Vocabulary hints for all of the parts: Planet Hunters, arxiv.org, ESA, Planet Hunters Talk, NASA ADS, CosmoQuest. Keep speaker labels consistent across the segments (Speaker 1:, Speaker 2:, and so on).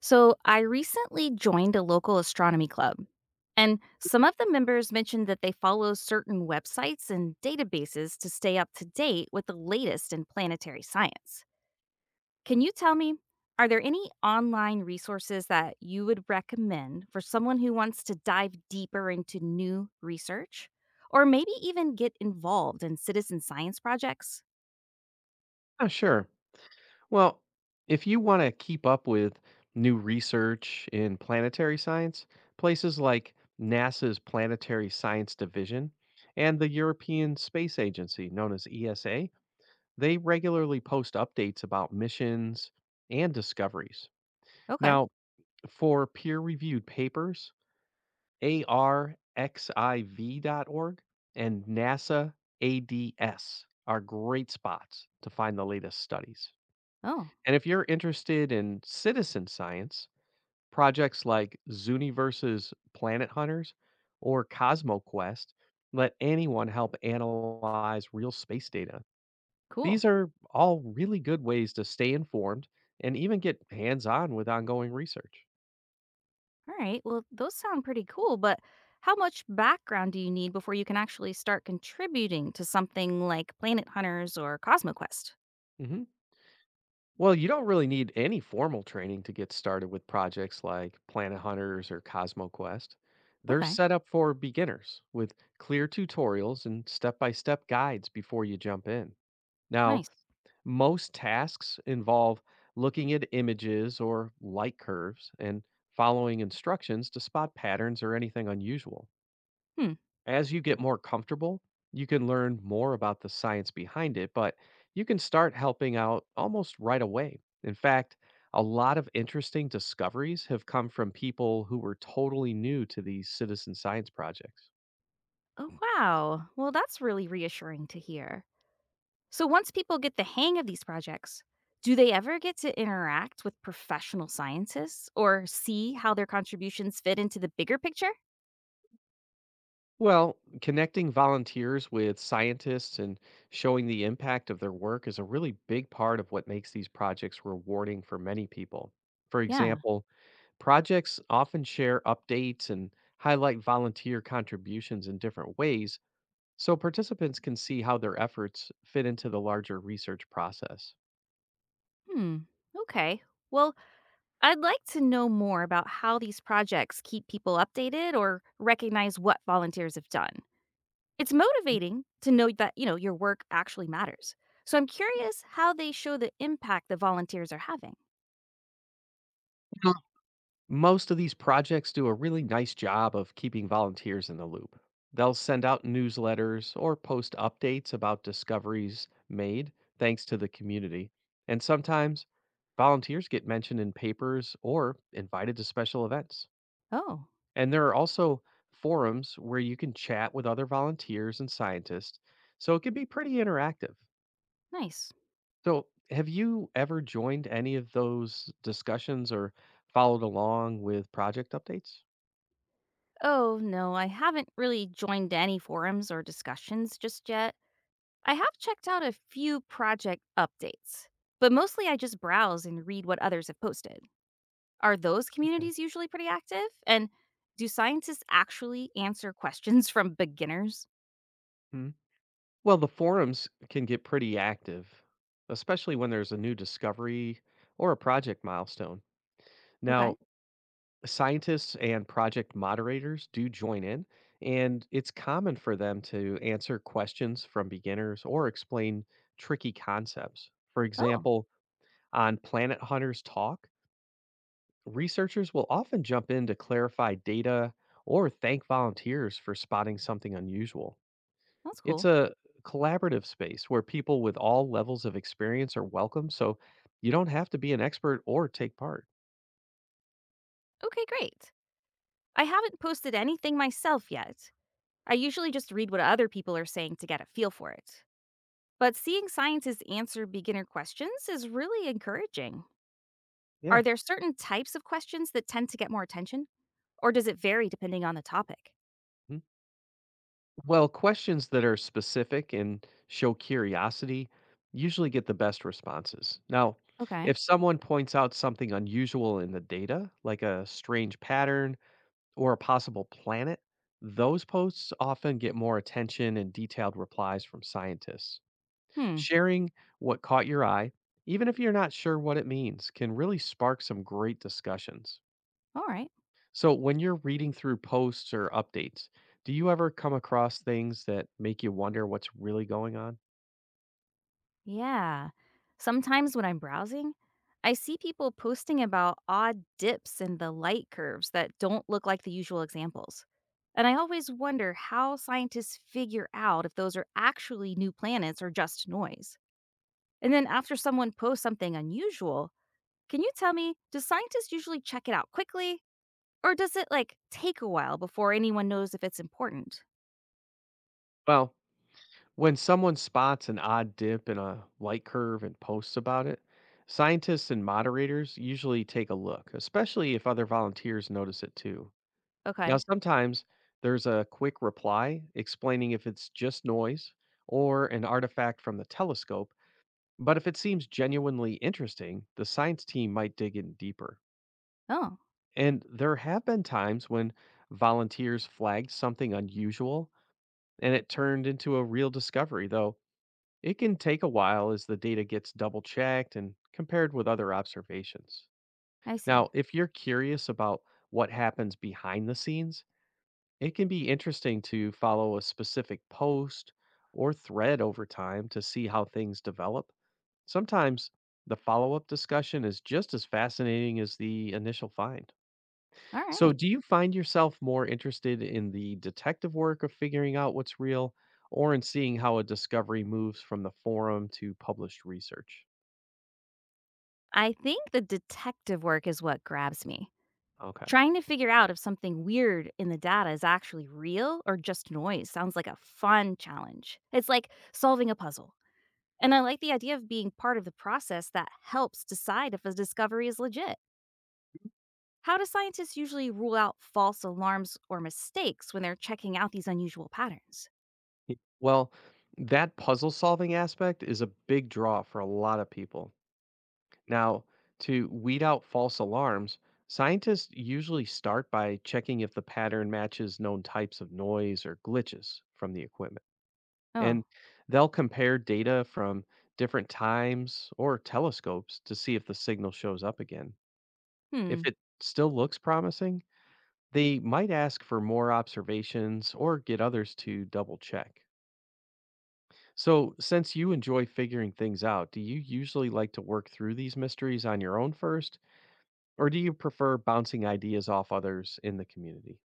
Speaker 1: So, I recently joined a local astronomy club, and some of the members mentioned that they follow certain websites and databases to stay up to date with the latest in planetary science. Can you tell me, are there any online resources that you would recommend for someone who wants to dive deeper into new research or maybe even get involved in citizen science projects?
Speaker 2: Yeah, sure. Well, if you want to keep up with new research in planetary science, places like NASA's Planetary Science Division and the European Space Agency, known as ESA, they regularly post updates about missions and discoveries.
Speaker 1: Okay.
Speaker 2: Now, for peer reviewed papers, arxiv.org and NASA ADS are great spots to find the latest studies.
Speaker 1: Oh,
Speaker 2: And if you're interested in citizen science, projects like Zooniverse's Planet Hunters or CosmoQuest let anyone help analyze real space data.
Speaker 1: cool.
Speaker 2: These are all really good ways to stay informed and even get hands on with ongoing research.
Speaker 1: All right. Well, those sound pretty cool, but how much background do you need before you can actually start contributing to something like Planet Hunters or CosmoQuest?
Speaker 2: Mhm. Well, you don't really need any formal training to get started with projects like Planet Hunters or CosmoQuest. They're
Speaker 1: Okay.
Speaker 2: set up for beginners with clear tutorials and step by step guides before you jump in. Now,
Speaker 1: Nice.
Speaker 2: most tasks involve looking at images or light curves and following instructions to spot patterns or anything unusual.
Speaker 1: Hmm.
Speaker 2: As you get more comfortable, you can learn more about the science behind it, but you can start helping out almost right away. In fact, a lot of interesting discoveries have come from people who were totally new to these citizen science projects.
Speaker 1: Oh, wow. Well, that's really reassuring to hear. So, once people get the hang of these projects, do they ever get to interact with professional scientists or see how their contributions fit into the bigger picture?
Speaker 2: Well, connecting volunteers with scientists and showing the impact of their work is a really big part of what makes these projects rewarding for many people. For
Speaker 1: Yeah.
Speaker 2: example, projects often share updates and highlight volunteer contributions in different ways so participants can see how their efforts fit into the larger research process.
Speaker 1: Hmm. Okay. Well, I'd like to know more about how these projects keep people updated or recognize what volunteers have done. It's motivating to know that, you know, your work actually matters. So I'm curious how they show the impact the volunteers are having.
Speaker 2: Most of these projects do a really nice job of keeping volunteers in the loop. They'll send out newsletters or post updates about discoveries made thanks to the community. And sometimes volunteers get mentioned in papers or invited to special events.
Speaker 1: Oh,
Speaker 2: And there are also forums where you can chat with other volunteers and scientists. So it can be pretty interactive.
Speaker 1: nice.
Speaker 2: So, have you ever joined any of those discussions or followed along with project updates?
Speaker 1: Oh, no, I haven't really joined any forums or discussions just yet. I have checked out a few project updates, but mostly I just browse and read what others have posted. Are those
Speaker 2: Okay.
Speaker 1: communities usually pretty active? And do scientists actually answer questions from beginners?
Speaker 2: Mhm. Well, the forums can get pretty active, especially when there's a new discovery or a project milestone.
Speaker 1: Okay.
Speaker 2: Now, scientists and project moderators do join in, and it's common for them to answer questions from beginners or explain tricky concepts. For
Speaker 1: Oh,
Speaker 2: example, on Planet Hunters Talk, researchers will often jump in to clarify data or thank volunteers for spotting something unusual.
Speaker 1: that's
Speaker 2: It's
Speaker 1: cool.
Speaker 2: a collaborative space where people with all levels of experience are welcome, so you don't have to be an expert or take part.
Speaker 1: Okay, great. I haven't posted anything myself yet. I usually just read what other people are saying to get a feel for it. But seeing scientists answer beginner questions is really encouraging. Are
Speaker 2: Yeah.
Speaker 1: there certain types of questions that tend to get more attention? Or does it vary depending on the topic?
Speaker 2: Mhm. Well, questions that are specific and show curiosity usually get the best responses. Now,
Speaker 1: Okay.
Speaker 2: if someone points out something unusual in the data, like a strange pattern or a possible planet, those posts often get more attention and detailed replies from scientists.
Speaker 1: Hmm.
Speaker 2: Sharing what caught your eye, even if you're not sure what it means, can really spark some great discussions.
Speaker 1: All right.
Speaker 2: So, when you're reading through posts or updates, do you ever come across things that make you wonder what's really going on?
Speaker 1: Yeah. Sometimes when I'm browsing, I see people posting about odd dips in the light curves that don't look like the usual examples. And I always wonder how scientists figure out if those are actually new planets or just noise. And then after someone posts something unusual, can you tell me, do scientists usually check it out quickly? Or does it like take a while before anyone knows if it's important?
Speaker 2: Well, when someone spots an odd dip in a light curve and posts about it, scientists and moderators usually take a look, especially if other volunteers notice it too. Now,
Speaker 1: Okay.
Speaker 2: sometimes there's a quick reply explaining if it's just noise or an artifact from the telescope, but if it seems genuinely interesting, the science team might dig in deeper.
Speaker 1: Oh,
Speaker 2: And there have been times when volunteers flagged something unusual and it turned into a real discovery, though it can take a while as the data gets double checked and compared with other observations.
Speaker 1: I see.
Speaker 2: Now, if you're curious about what happens behind the scenes, it can be interesting to follow a specific post or thread over time to see how things develop. Sometimes the follow up discussion is just as fascinating as the initial find.
Speaker 1: All
Speaker 2: So,
Speaker 1: right.
Speaker 2: do you find yourself more interested in the detective work of figuring out what's real or in seeing how a discovery moves from the forum to published research?
Speaker 1: I think the detective work is what grabs me.
Speaker 2: Okay.
Speaker 1: Trying to figure out if something weird in the data is actually real or just noise sounds like a fun challenge. It's like solving a puzzle. And I like the idea of being part of the process that helps decide if a discovery is legit. How do scientists usually rule out false alarms or mistakes when they're checking out these unusual patterns?
Speaker 2: Y- Well, that puzzle solving aspect is a big draw for a lot of people. Now, to weed out false alarms, scientists usually start by checking if the pattern matches known types of noise or glitches from the equipment.
Speaker 1: Oh,
Speaker 2: And they'll compare data from different times or telescopes to see if the signal shows up again. If
Speaker 1: hmm.
Speaker 2: it still looks promising, they might ask for more observations or get others to double check. So, since you enjoy figuring things out, do you usually like to work through these mysteries on your own first? Or do you prefer bouncing ideas off others in the community?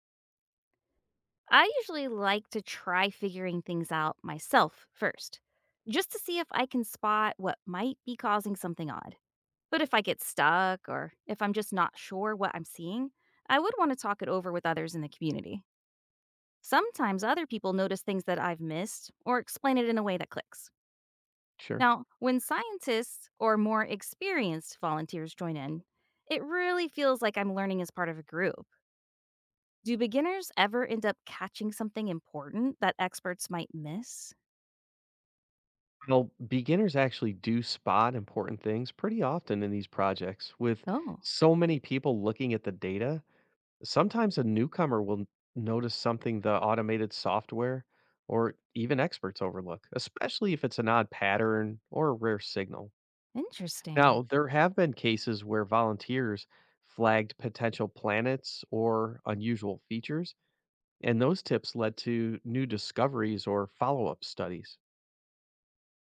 Speaker 1: I usually like to try figuring things out myself first, just to see if I can spot what might be causing something odd. But if I get stuck or if I'm just not sure what I'm seeing, I would want to talk it over with others in the community. Sometimes other people notice things that I've missed or explain it in a way that clicks.
Speaker 2: Sure.
Speaker 1: Now, when scientists or more experienced volunteers join in, it really feels like I'm learning as part of a group. Do beginners ever end up catching something important that experts might miss?
Speaker 2: Well, beginners actually do spot important things pretty often in these projects. With
Speaker 1: Oh,
Speaker 2: so many people looking at the data, sometimes a newcomer will notice something the automated software or even experts overlook, especially if it's an odd pattern or a rare signal.
Speaker 1: interesting.
Speaker 2: Now, there have been cases where volunteers flagged potential planets or unusual features and those tips led to new discoveries or follow up studies.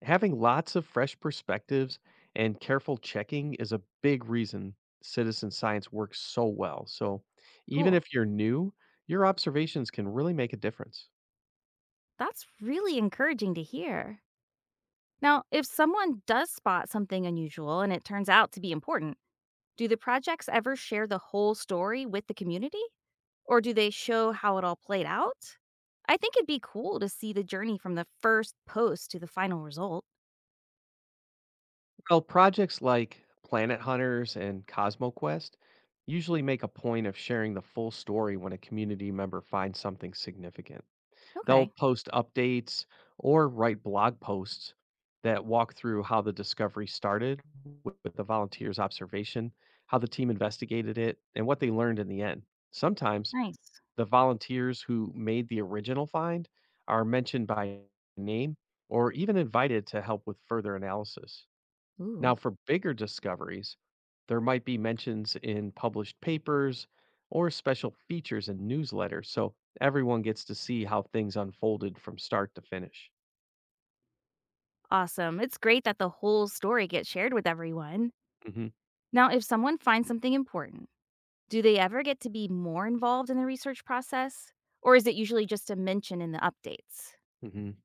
Speaker 2: Having lots of fresh perspectives and careful checking is a big reason citizen science works so well. So, even
Speaker 1: Cool.
Speaker 2: if you're new, your observations can really make a difference.
Speaker 1: That's really encouraging to hear. Now, if someone does spot something unusual and it turns out to be important, do the projects ever share the whole story with the community? Or do they show how it all played out? I think it'd be cool to see the journey from the first post to the final result.
Speaker 2: Well, projects like Planet Hunters and CosmoQuest usually make a point of sharing the full story when a community member finds something significant. They'll
Speaker 1: Okay,
Speaker 2: post updates or write blog posts that walk through how the discovery started with the volunteers' observation, how the team investigated it, and what they learned in the end. Sometimes
Speaker 1: nice.
Speaker 2: the volunteers who made the original find are mentioned by name or even invited to help with further analysis.
Speaker 1: Ooh,
Speaker 2: Now, for bigger discoveries, there might be mentions in published papers or special features in newsletters, so everyone gets to see how things unfolded from start to finish.
Speaker 1: awesome. It's great that the whole story gets shared with everyone.
Speaker 2: Hmm.
Speaker 1: Now, if someone finds something important, do they ever get to be more involved in the research process? Or is it usually just a mention in the updates?
Speaker 2: Hmm.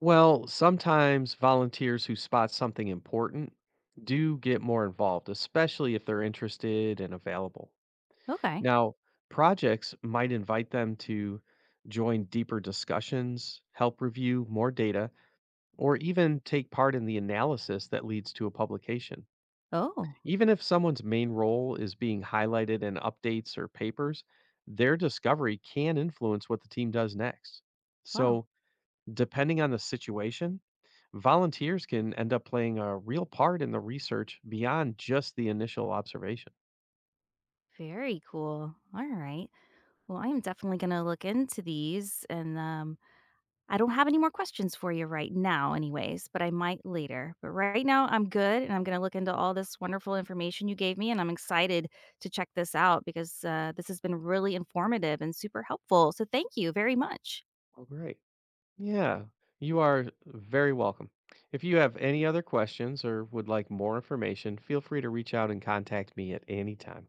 Speaker 2: Well, sometimes volunteers who spot something important do get more involved, especially if they're interested and available.
Speaker 1: Okay.
Speaker 2: Now, projects might invite them to join deeper discussions, help review more data, or even take part in the analysis that leads to a publication.
Speaker 1: Oh,
Speaker 2: Even if someone's main role is being highlighted in updates or papers, their discovery can influence what the team does next.
Speaker 1: wow.
Speaker 2: So, depending on the situation, volunteers can end up playing a real part in the research beyond just the initial observation.
Speaker 1: Very cool. All right. Well, I am definitely going to look into these. And I don't have any more questions for you right now, anyways, but I might later. But right now, I'm good. And I'm going to look into all this wonderful information you gave me. And I'm excited to check this out because this has been really informative and super helpful. So thank you very much.
Speaker 2: Oh, great. Yeah, you are very welcome. If you have any other questions or would like more information, feel free to reach out and contact me at any time.